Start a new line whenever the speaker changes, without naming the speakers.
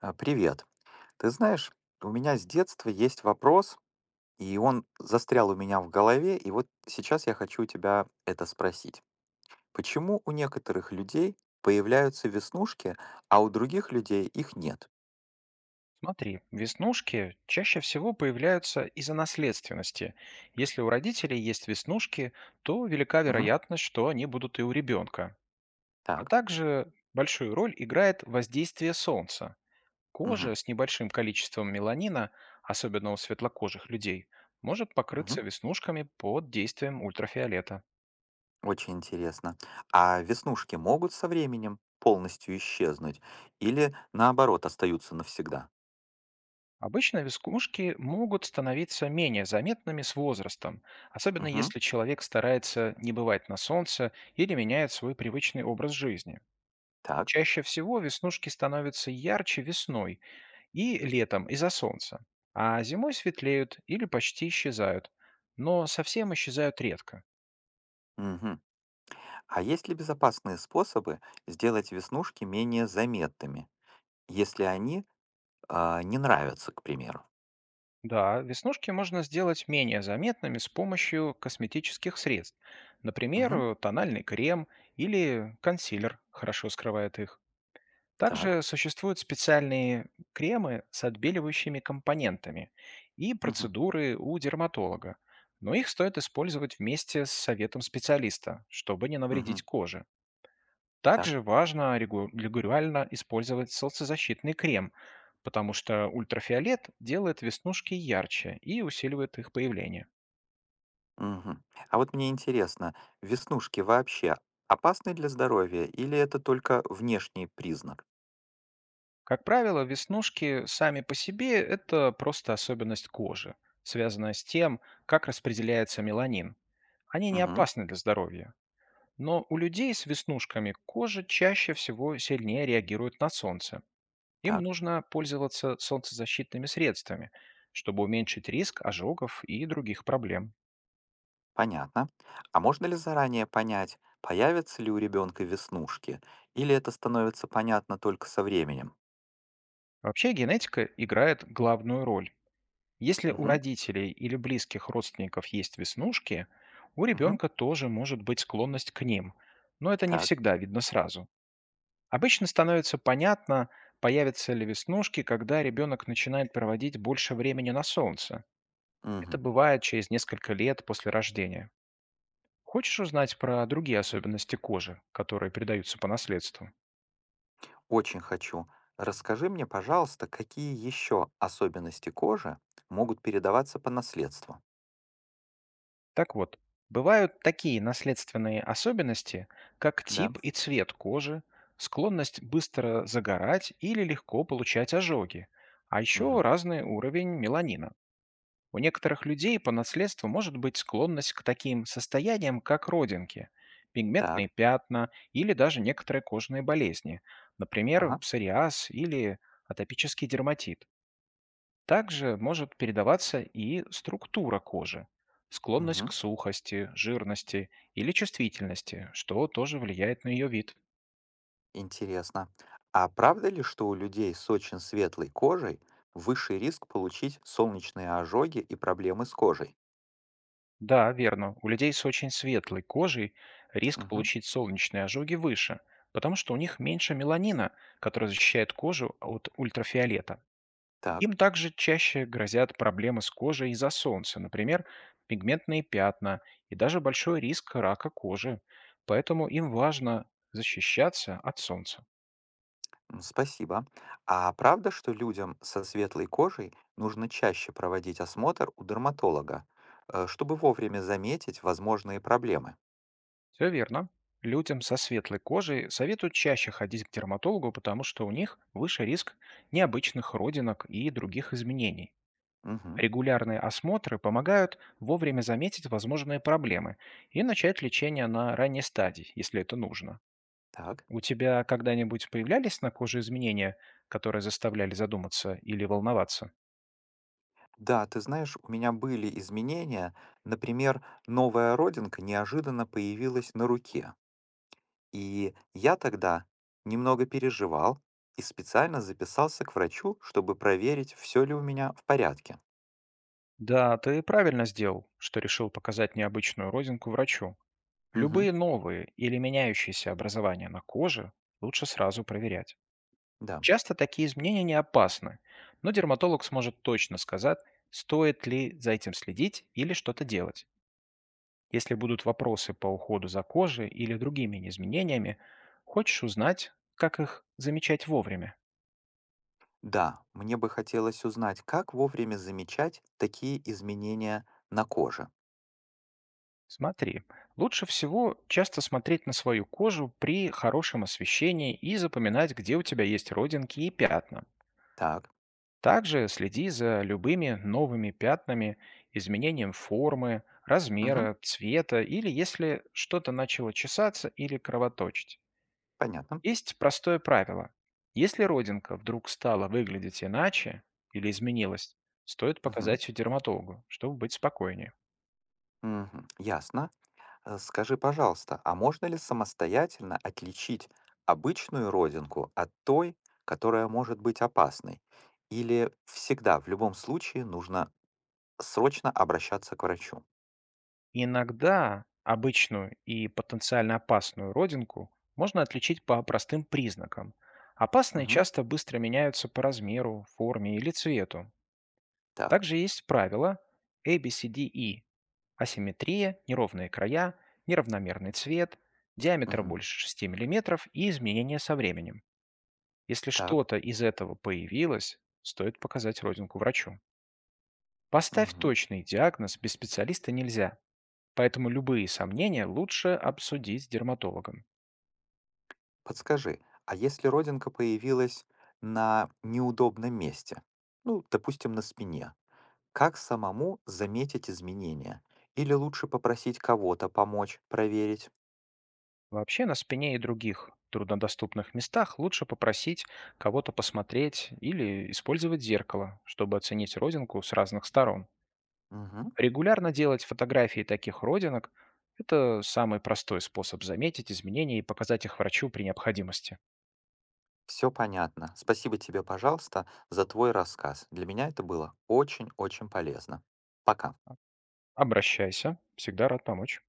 Привет. Ты знаешь, у меня с детства есть вопрос, и он застрял у меня в голове, и вот сейчас я хочу у тебя это спросить. Почему у некоторых людей появляются веснушки, а у других людей их нет?
Смотри, веснушки чаще всего появляются из-за наследственности. Если у родителей есть веснушки, то велика
Мгм.
вероятность, что они будут и у ребенка. А
Так.
также большую роль играет воздействие солнца. Кожа
Мгм.
с небольшим количеством меланина, особенно у светлокожих людей, может
Мгм.
покрыться веснушками под действием ультрафиолета.
Очень интересно. А веснушки могут со временем полностью исчезнуть или наоборот остаются навсегда?
Обычно веснушки могут становиться менее заметными с возрастом, особенно
Мгм.
если человек старается не бывать на солнце или меняет свой привычный образ жизни.
Так.
Чаще всего веснушки становятся ярче весной и летом из-за солнца, а зимой светлеют или почти исчезают, но совсем исчезают редко.
Мгм. А есть ли безопасные способы сделать веснушки менее заметными? Если они, не нравятся, к примеру.
Да, веснушки можно сделать менее заметными с помощью косметических средств. Например,
Мгм.
тональный крем или консилер хорошо скрывает их.
Так.
Также существуют специальные кремы с отбеливающими компонентами и
Мгм.
процедуры у дерматолога, но их стоит использовать вместе с советом специалиста, чтобы не навредить
Мгм.
коже.
Так.
Также важно регулярно использовать солнцезащитный крем, потому что ультрафиолет делает веснушки ярче и усиливает их появление.
Мгм. А вот мне интересно, веснушки вообще опасны для здоровья или это только внешний признак?
Как правило, веснушки сами по себе — это просто особенность кожи, связанная с тем, как распределяется меланин. Они не
Мгм.
опасны для здоровья, но у людей с веснушками кожа чаще всего сильнее реагирует на солнце. Им
Так.
нужно пользоваться солнцезащитными средствами, чтобы уменьшить риск ожогов и других проблем.
Понятно. А можно ли заранее понять, появятся ли у ребенка веснушки или это становится понятно только со временем?
Вообще генетика играет главную роль. Если у
Мгм.
родителей или близких родственников есть веснушки, у
Мгм.
ребенка тоже может быть склонность к ним, но это не
Так.
всегда видно сразу. Обычно становится понятно, появятся ли веснушки, когда ребенок начинает проводить больше времени на солнце.
Мгм.
Это бывает через несколько лет после рождения. Хочешь узнать про другие особенности кожи, которые передаются по наследству?
Очень хочу. Расскажи мне, пожалуйста, какие еще особенности кожи могут передаваться по наследству?
Так вот, бывают такие наследственные особенности, как
Да.
тип и цвет кожи, склонность быстро загорать или легко получать ожоги, а еще
Мгм.
разный уровень меланина. У некоторых людей по наследству может быть склонность к таким состояниям, как родинки,
Так.
пигментные пятна или даже некоторые кожные болезни, например,
Ага.
псориаз или атопический дерматит. Также может передаваться и структура кожи, склонность
Мгм.
к сухости, жирности или чувствительности, что тоже влияет на ее вид.
Интересно. А правда ли, что у людей с очень светлой кожей высший риск получить солнечные ожоги и проблемы с кожей?
Да, верно, у людей с очень светлой кожей риск
Мгм.
получить солнечные ожоги выше, потому что у них меньше меланина, который защищает кожу от ультрафиолета.
Так.
Им также чаще грозят проблемы с кожей из-за солнца, например, пигментные пятна и даже большой риск рака кожи. Поэтому им важно защищаться от солнца.
Спасибо. А правда, что людям со светлой кожей нужно чаще проводить осмотр у дерматолога, чтобы вовремя заметить возможные проблемы?
Все верно. Людям со светлой кожей советуют чаще ходить к дерматологу, потому что у них выше риск необычных родинок и других изменений.
Мгм.
Регулярные осмотры помогают вовремя заметить возможные проблемы и начать лечение на ранней стадии, если это нужно.
Так.
У тебя когда-нибудь появлялись на коже изменения, которые заставляли задуматься или волноваться?
Да, ты знаешь, у меня были изменения. Например, новая родинка неожиданно появилась на руке. И я тогда немного переживал и специально записался к врачу, чтобы проверить, все ли у меня в порядке.
Да, ты правильно сделал, что решил показать необычную родинку врачу.
Мгм.
Любые новые или меняющиеся образования на коже лучше сразу проверять.
Да.
Часто такие изменения не опасны, но дерматолог сможет точно сказать, стоит ли за этим следить или что-то делать. Если будут вопросы по уходу за кожей или другими изменениями, хочешь узнать, как их замечать вовремя?
Да, мне бы хотелось узнать, как вовремя замечать такие изменения на коже.
Смотри, лучше всего часто смотреть на свою кожу при хорошем освещении и запоминать, где у тебя есть родинки и пятна.
Так.
Также следи за любыми новыми пятнами, изменением формы,
Мгм.
размера, цвета или если что-то начало чесаться или кровоточить.
Понятно.
Есть простое правило. Если родинка вдруг стала выглядеть иначе или изменилась, стоит
Мгм.
показать ее дерматологу, чтобы быть спокойнее.
Мгм. Ясно. Скажи, пожалуйста, а можно ли самостоятельно отличить обычную родинку от той, которая может быть опасной? Или всегда, в любом случае, нужно срочно обращаться к врачу?
Иногда обычную и потенциально опасную родинку можно отличить по простым признакам. Опасные
Мгм.
часто быстро меняются по размеру, форме или цвету.
Так.
Также есть правила A B C D ABCDE — асимметрия, неровные края, неравномерный цвет, диаметр
Мгм.
больше 6 мм и изменения со временем. Если
Так.
что-то из этого появилось, стоит показать родинку врачу. Поставь
Мгм.
точный диагноз без специалиста нельзя, поэтому любые сомнения лучше обсудить с дерматологом.
Подскажи, а если родинка появилась на неудобном месте, ну, допустим, на спине, как самому заметить изменения? Или лучше попросить кого-то помочь проверить?
Вообще на спине и других труднодоступных местах лучше попросить кого-то посмотреть или использовать зеркало, чтобы оценить родинку с разных сторон.
Мгм.
Регулярно делать фотографии таких родинок — это самый простой способ заметить изменения и показать их врачу при необходимости.
Все понятно. Спасибо тебе, пожалуйста, за твой рассказ. Для меня это было очень-очень полезно. Пока.
Обращайся, всегда рад помочь.